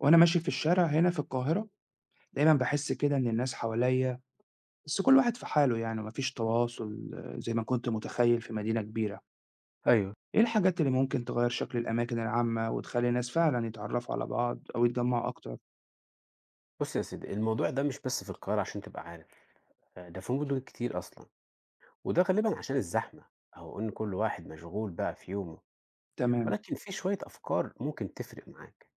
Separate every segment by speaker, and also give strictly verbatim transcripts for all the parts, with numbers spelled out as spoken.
Speaker 1: وأنا ماشي في الشارع هنا في القاهرة، دايمًا باحس كده إن الناس حواليّا بس كل واحد في حاله يعني ما فيش تواصل آه، زي ما كنت متخيّل في مدينة كبيرة.
Speaker 2: أيوه.
Speaker 1: إيه الحاجات اللي ممكن تغيّر شكل الأماكن العامة وتخلّي الناس فعلًا يتعرّفوا على بعض أو يتجمّعوا أكتر؟
Speaker 2: بُص يا سيدي، الموضوع ده مش بس في القاهرة عشان تبقى عارف، آآ ده في مدن كتير أصلًا، وده غالبًا عشان الزحمة أو إن كل واحد مشغول بقى في يومه،
Speaker 1: تمام،
Speaker 2: ولكن في شوية أفكار ممكن تفرق معاك،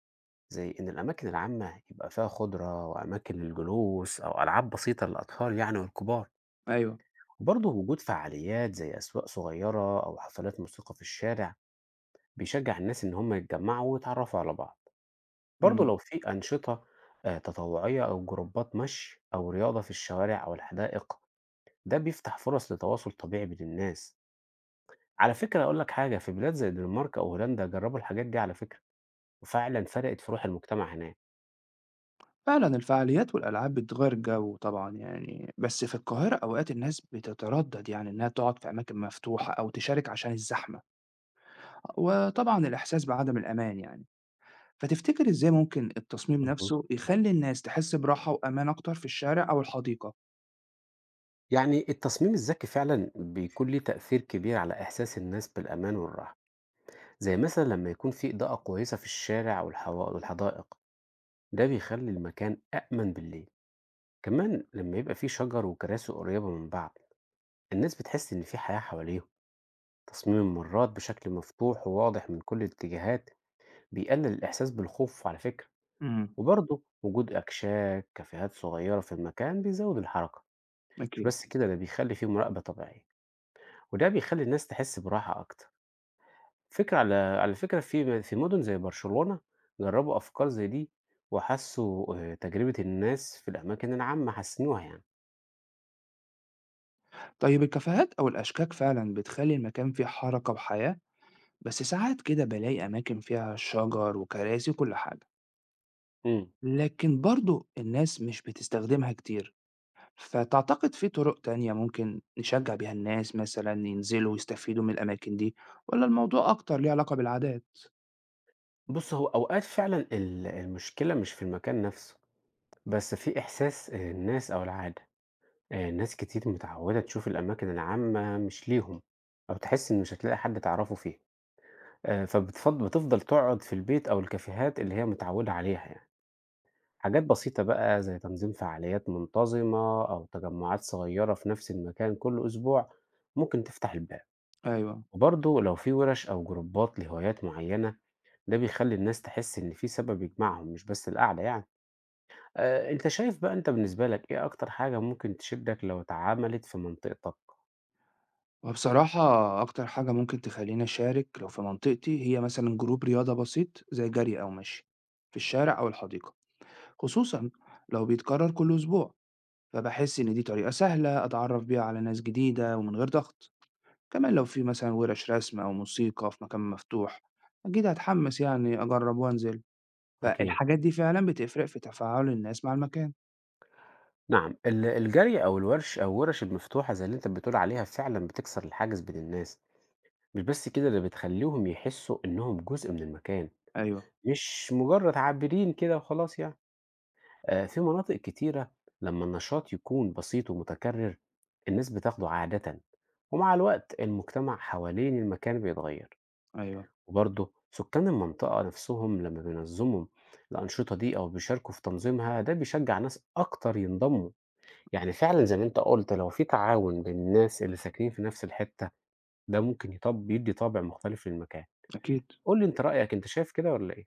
Speaker 2: زي إن الأماكن العامة يبقى فيها خُضرة وأماكن للجلوس أو ألعاب بسيطة للأطفال يعني والكبار،
Speaker 1: أيوه،
Speaker 2: وبرضه وجود فعاليات زي أسواق صغيرة أو حفلات موسيقى في الشارع، بيشجّع الناس إن هم يتجمّعوا ويتعرّفوا على بعض. برضه
Speaker 1: إمم.
Speaker 2: لو في أنشطة آآ تطوعية أو جروبات مشي أو رياضة في الشوارع أو الحدائق، ده بيفتح فرص لتواصل طبيعي بين الناس. على فكرة أقول لك حاجة، في بلاد زي الدنمارك أو هولندا جربوا الحاجات دي على فكرة، وفعلًا فرقت في روح المجتمع هناك.
Speaker 1: فعلًا الفعاليات والألعاب بتغيّر الجو طبعًا يعني، بس في القاهرة أوقات الناس بتتردّد يعني إنّها تقعد في أماكن مفتوحة أو تشارك عشان الزحمة، وطبعًا الإحساس بعدم الأمان يعني. فتفتكر إزاي ممكن التصميم
Speaker 2: اهم.
Speaker 1: نفسه يخلّي الناس تحس براحة وأمان أكتر في الشارع أو الحديقة؟
Speaker 2: يعني التصميم الذكي فعلًا بيكون ليه تأثير كبير على إحساس الناس بالأمان والراحة، زي مثلًا لما يكون في إضاءة كويسة في الشارع والح والحدائق، ده بيخلّي المكان أأمن بالليل. كمان لما يبقى في شجر وكراسي قريبة من بعض. الناس بتحس إن في حياة حواليهم. تصميم الممرات بشكل مفتوح وواضح من كل الاتجاهات بيقلل الإحساس بالخوف على فكرة.
Speaker 1: امم.
Speaker 2: وبرضه وجود أكشاك كافيهات صغيرة في المكان بيزود الحركة. مش
Speaker 1: أكيد.
Speaker 2: بس كده، ده بيخلي فيه مراقبة طبيعية وده بيخلي الناس تحس براحة أكتر. فكرة على على فكرة في في مدن زي برشلونة جربوا أفكار زي دي وحسوا آه، تجربة الناس في الأماكن العامة حسنوها يعني.
Speaker 1: طيب الكافيهات أو الأشكاك فعلًا بتخلّي المكان فيه حركة وحياة، بس ساعات كده بالاقي أماكن فيها شجر وكراسي وكل حاجة،
Speaker 2: مم.
Speaker 1: لكن برضه الناس مش بتستخدمها كتير. فتعتقد في طرق تانية ممكن نشجع بيها الناس مثلًا ينزلوا ويستفيدوا من الأماكن دي والّا الموضوع أكتر ليه علاقة بالعادات؟
Speaker 2: بص، هو أوقات فعلا ال- المشكلة مش في المكان نفسه، بس في إحساس آآ الناس أو العادة، آآ ناس كتير متعوّدة تشوف الأماكن العامة مش ليهم، أو تحس إن مش هتلاقي حد تعرفه فيها، آآ فبتفض بتفضل تقعد في البيت أو الكافيهات اللي هي متعوّدة عليها يعني. حاجات بسيطة بقى زي تنظيم فعاليات منتظمة أو تجمعات صغيرة في نفس المكان كل أسبوع، ممكن تفتح الباب.
Speaker 1: أيوه.
Speaker 2: وبرضه لو في وِرَش أو جروبات لهوايات معيّنة، ده بيخلّي الناس تحس إن في سبب يجمعهم مش بس القعدة يعني. آآ أنت شايف بقى، أنت بالنسبة لك إيه أكتر حاجة ممكن تشدك لو اتعملت في منطقتك؟
Speaker 1: وبصراحة أكتر حاجة ممكن تخليني أشارك لو في منطقتي هي مثلا جروب رياضة بسيط زي جري أو مشي في الشارع أو الحديقة، خصوصا لو بيتكرر كل أسبوع. فبحس إن دي طريقة سهلة أتعرف بيها على ناس جديدة ومن غير ضغط. كمان لو في مثلا ورش رسم أو موسيقى في مكان مفتوح، أكيد هتحمس يعني أجرب وأنزل.
Speaker 2: أكيد.
Speaker 1: فالحاجات دي فعلا بتفرق في تفاعل الناس مع المكان.
Speaker 2: نعم، ال الجري أو الورش أو الورش المفتوحة زي اللي أنت بتقول عليها فعلًا بتكسر الحاجز بين الناس، مش بس كده ده بتخلّيهم يحسّوا إنهم جزء من المكان،
Speaker 1: أيوه،
Speaker 2: مش مجرد عابرين كده وخلاص يعني. آآ في مناطق كتيرة لمّا النشاط يكون بسيط ومتكرر، الناس بتاخده عادةً، ومع الوقت المجتمع حوالين المكان بيتغير.
Speaker 1: أيوه،
Speaker 2: وبرضه سكان المنطقة نفسهم لما بينظموا الأنشطة دي أو بيشاركوا في تنظيمها، ده بيشجع ناس أكتر ينضموا. يعني فعلا زي ما أنت قلت، لو في تعاون بين الناس اللي ساكنين في نفس الحتة، ده ممكن يطب يدي طابع مختلف للمكان.
Speaker 1: أكيد.
Speaker 2: قول لي أنت رأيك، أنت شايف كده ولا إيه؟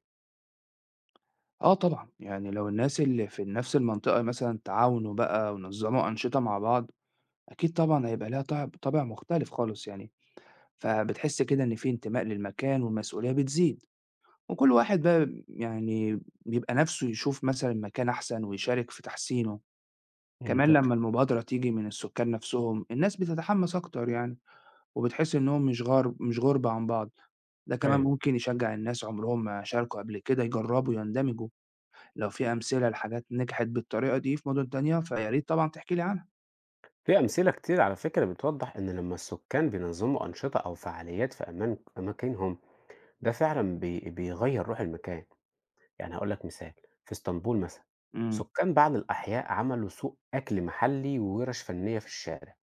Speaker 1: آه طبعًا، يعني لو الناس اللي في نفس المنطقة مثلًا تعاونوا بقى ونظموا أنشطة مع بعض، أكيد طبعًا هيبقى لها طع طابع مختلف خالص يعني، فبتحس كده إن في انتماء للمكان والمسؤولية بتزيد، وكل واحد بقى يعني بيبقى نفسه يشوف مثلًا مكان أحسن ويشارك في تحسينه. كمان
Speaker 2: منطقي.
Speaker 1: لمّا المبادرة تيجي من السكان نفسهم، الناس بتتحمس أكتر يعني، وبتحس إنهم مش غار مش غُربة عن بعض. ده كمان
Speaker 2: ايوه،
Speaker 1: ممكن يشجع الناس عمرهم ما شاركوا قبل كده يجربوا يندمجوا. لو في أمثلة لحاجات نجحت بالطريقة دي في مدن تانية، فيا ريت طبعًا تحكي لي عنها.
Speaker 2: في أمثلة كتير على فكرة بتوضح إن لما السكان بينظموا أنشطة أو فعاليات في أمان أماكنهم، ده فعلا بي... بيغير روح المكان. يعني هاقول لك مثال، في إسطنبول مثلًا،
Speaker 1: إمم،
Speaker 2: سكان بعض الأحياء عملوا سوق أكل محلي وورش فنية في الشارع،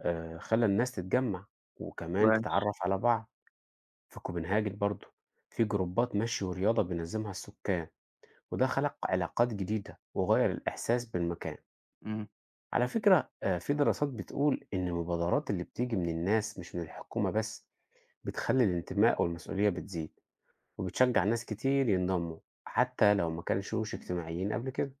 Speaker 2: آآ خلّى الناس تتجمّع وكمان
Speaker 1: كويس،
Speaker 2: تتعرّف على بعض، في كوبنهاجن برضه، في جروبات مشي ورياضة بينظمها السكان، وده خلق علاقات جديدة وغيّر الإحساس بالمكان.
Speaker 1: إمم.
Speaker 2: على فكرة آآ في دراسات بتقول إن المبادرات اللي بتيجي من الناس مش من الحكومة بس، بتخلّي الانتماء والمسؤولية بتزيد، وبتشجّع ناس كتير ينضموا، حتى لو ما كانشوش اجتماعيين قبل كده.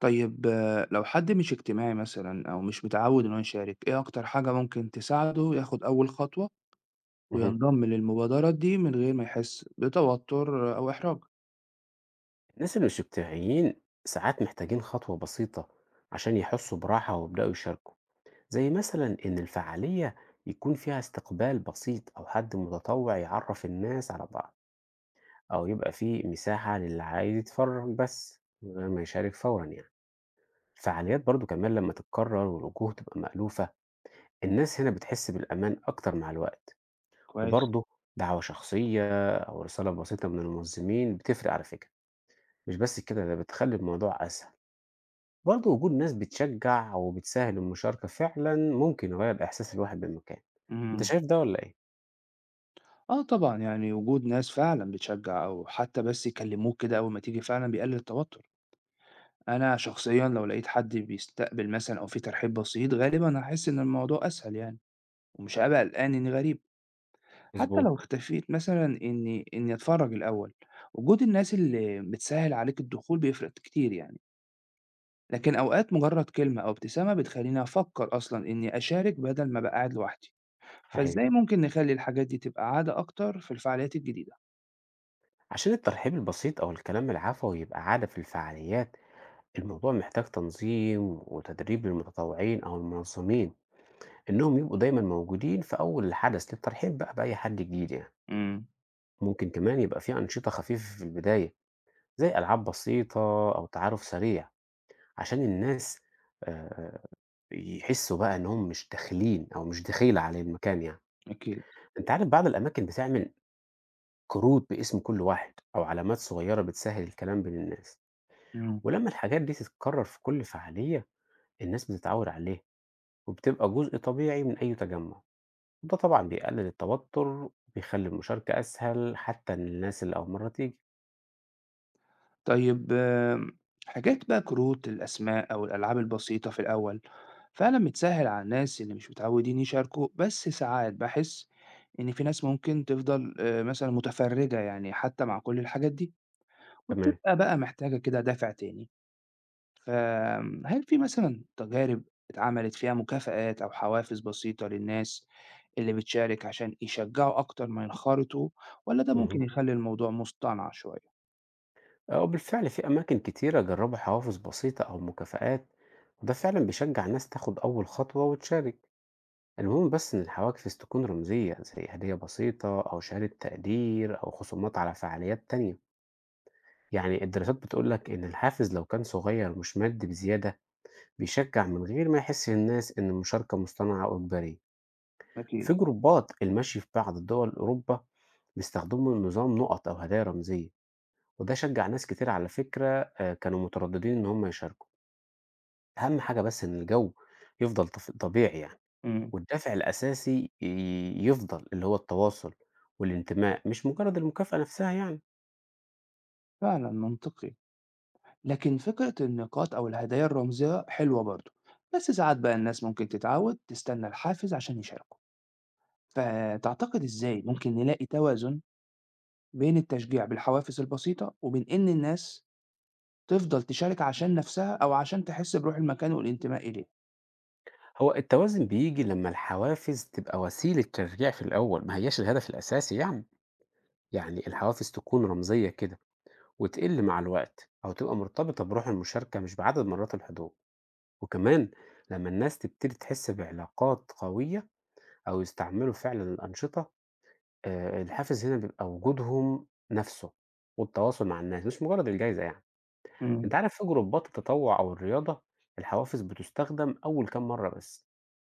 Speaker 1: طيب آه، لو حد مش اجتماعي مثلًا أو مش متعوّد إن هو يشارك، إيه أكتر حاجة ممكن تساعده ياخد أول خطوة
Speaker 2: اهم.
Speaker 1: وينضم للمبادرات دي من غير ما يحس بتوتر أو إحراج؟
Speaker 2: الناس اللي مش اجتماعيين ساعات محتاجين خطوة بسيطة عشان يحسوا براحة ويبدأوا يشاركوا، زي مثلا إن الفعالية يكون فيها استقبال بسيط أو حد متطوع يعرف الناس على بعض، أو يبقى فيه مساحة للي عايز يتفرج بس من غير ما يشارك فورا يعني. الفعاليات برضو كمان لما تتكرر والوجوه تبقى مألوفة، الناس هنا بتحس بالأمان أكتر مع الوقت.
Speaker 1: كويس،
Speaker 2: وبرضه دعوة شخصية أو رسالة بسيطة من المنظمين بتفرق على فكرة، مش بس كده ده بتخلي الموضوع أسهل. برضه وجود ناس بتشجّع أو بتسهّل المشاركة فعلًا ممكن يغيّر إحساس الواحد بالمكان، أنت
Speaker 1: إمم.
Speaker 2: شايف ده والّا إيه؟
Speaker 1: آه طبعًا، يعني وجود ناس فعلًا بتشجّع أو حتى بس يكلموك كده أول ما تيجي فعلًا بيقلل التوتر. أنا شخصيًا لو لقيت حد بيستقبل مثلًا أو في ترحيب بسيط، غالبًا هاحس إن الموضوع أسهل يعني. ومش هابقى قلقان إني غريب، حتى لو
Speaker 2: مضبوط.
Speaker 1: اختفيت مثلًا إني إني أتفرّج الأول. وجود الناس اللي بتسهّل عليك الدخول بيفرق كتير يعني، لكن أوقات مجرد كلمة أو ابتسامة بتخلّيني أفكّر أصلًا إني أشارك بدل ما أبقى قاعد لوحدي.
Speaker 2: صحيح،
Speaker 1: فإزاي ممكن نخلّي الحاجات دي تبقى عادة أكتر في الفعاليات الجديدة؟
Speaker 2: عشان الترحيب البسيط أو الكلام العفوي يبقى عادة في الفعاليات، الموضوع محتاج تنظيم وتدريب للمتطوعين أو المنظمين، إنهم يبقوا دايمًا موجودين في أول الحدث للترحيب بقى بأي حد جديد يعني،
Speaker 1: إمم،
Speaker 2: ممكن كمان يبقى في أنشطة خفيفة في البداية، زي ألعاب بسيطة أو تعارُف سريع، عشان الناس آآ يحسّوا بقى إنّهم مش داخلين أو مش دخيلة على المكان يعني.
Speaker 1: أكيد،
Speaker 2: أنت عارف بعض الأماكن بتعمل كروت باسم كل واحد أو علامات صغيّرة بتسهّل الكلام بين الناس،
Speaker 1: إمم.
Speaker 2: ولمّا الحاجات دي تتكرّر في كل فعالية، الناس بتتعوّد عليها وبتبقى جزء طبيعي من أي تجمُّع، وده طبعًا بيقلل التوتُّر وبيخلّي المشاركة أسهل حتّى للناس اللي أول مرّة تيجي.
Speaker 1: طيب آمم، حاجات بقى كروت الأسماء أو الألعاب البسيطة في الأول فعلًا بتسهّل على الناس اللي مش متعودين يشاركوا، بس ساعات باحس إن في ناس ممكن تفضل آآ مثلًا متفرّجة يعني حتى مع كل الحاجات دي،
Speaker 2: تمام.
Speaker 1: وبتبقى بقى محتاجة كده دافع تاني. فهل في مثلًا تجارب اتعملت فيها مكافآت أو حوافز بسيطة للناس اللي بتشارك عشان يشجّعوا أكتر ما ينخرطوا والّا ده
Speaker 2: اهم.
Speaker 1: ممكن يخلّي الموضوع مصطنع شوية؟
Speaker 2: آه، وبالفعل في أماكن كتيرة جرّبوا حوافز بسيطة أو مكافآت وده فعلًا بيشجّع الناس تاخُد أول خطوة وتشارك. المهم بس إن الحواجز تكون رمزية زي هدية بسيطة أو شهادة تقدير أو خصومات على فعاليات تانية. يعني الدراسات بتقولك إن الحافز لو كان صغير ومش مادي بزيادة، بيشجع من غير ما يحس الناس إن المشاركة مصطنعة أو إجبارية.
Speaker 1: أكيد،
Speaker 2: في جروبات المشي في بعض دول أوروبا بيستخدموا نظام نقط أو هدايا رمزية، وده شجع ناس كتير على فكرة، آه، كانوا مترددين إن هم يشاركوا. أهم حاجة بس إن الجو يفضل طف- طبيعي يعني،
Speaker 1: إمم،
Speaker 2: والدافع الأساسي ي يفضل، اللي هو التواصل والانتماء، مش مجرد المكافأة نفسها يعني.
Speaker 1: فعلًا منطقي. لكن فكرة النقاط أو الهدايا الرمزية حلوة برضه، بس ساعات بقى الناس ممكن تتعود تستنى الحافز عشان يشاركوا. فتعتقد إزاي ممكن نلاقي توازن بين التشجيع بالحوافز البسيطة وبين إن الناس تفضل تشارك عشان نفسها أو عشان تحس بروح المكان والانتماء إليه؟
Speaker 2: هو التوازن بييجي لمّا الحوافز تبقى وسيلة تشجيع في الأول، ما هياش الهدف الأساسي يعني. يعني الحوافز تكون رمزية كده وتقل مع الوقت أو تبقى مرتبطة بروح المشاركة مش بعدد مرات الحضور. وكمان لمّا الناس تبتدي تحس بعلاقات قوية أو يستعملوا فعلًا الأنشطة، آآ الحافز هنا بيبقى وجودهم نفسه والتواصل مع الناس، مش مجرد الجايزة يعني. انت
Speaker 1: امم،
Speaker 2: عارف في جروبات التطوع او الرياضة الحوافز بتستخدم اول كام مرة بس،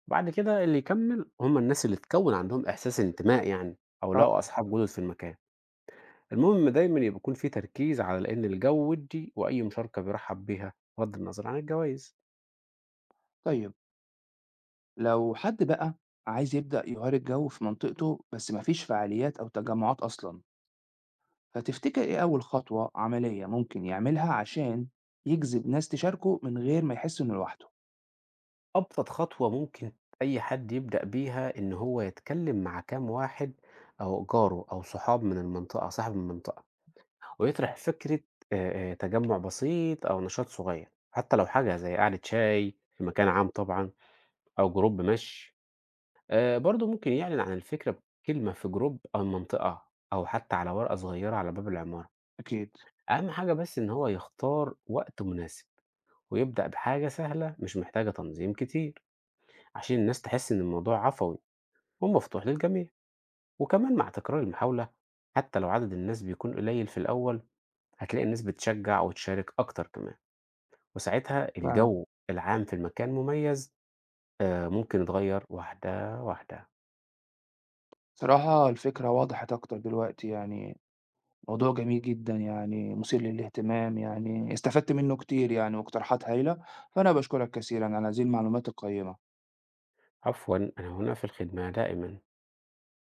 Speaker 2: بعد كده اللي يكمل هم الناس اللي تكون عندهم احساس انتماء يعني، او لقوا
Speaker 1: رائع.
Speaker 2: اصحاب جدد في المكان. المهم دايما يبقى يكون في تركيز على ان الجو ودي، واي مشاركة بيرحب بيها بغض النظر عن الجوائز.
Speaker 1: طيب لو حد بقى عايز يبدأ يغير الجو في منطقته بس مفيش فعاليات أو تجمعات أصلا، فتفتكر إيه أول خطوة عملية ممكن يعملها عشان يجذب ناس تشاركه من غير ما يحس إنه لوحده؟
Speaker 2: ابسط خطوة ممكن اي حد يبدأ بيها ان هو يتكلم مع كام واحد او جاره او صحاب من المنطقة صاحب المنطقة، ويطرح فكرة آآ آآ تجمُّع بسيط أو نشاط صغير، حتى لو حاجة زي قعدة شاي في مكان عام طبعًا، أو جروب مَشي. آآ برضه ممكن يعلن عن الفكرة بكلمة في جروب أو منطقة أو حتى على ورقة صغيرة على باب العمارة.
Speaker 1: أكيد.
Speaker 2: أهم حاجة بس إن هو يختار وقت مناسب ويبدأ بحاجة سهلة مش محتاجة تنظيم كتير، عشان الناس تحس إن الموضوع عفوي ومفتوح للجميع. وكمان مع تكرار المحاولة، حتى لو عدد الناس بيكون قليل في الأول، هتلاقي الناس بتشجّع وتشارك أكتر كمان. وساعتها
Speaker 1: فعلا،
Speaker 2: الجو العام في المكان مميز، آآ ممكن يتغيّر واحدة، واحدة.
Speaker 1: صراحة الفكرة وضحت أكتر دلوقتي يعني. موضوع جميل جدا يعني، مثير للاهتمام يعني، استفدت منه كتير يعني، واقتراحات هايلة. فأنا بشكرك كثيرا على هذه المعلومات القيمة.
Speaker 2: عفوًا أنا هنا في الخدمة دائمًا.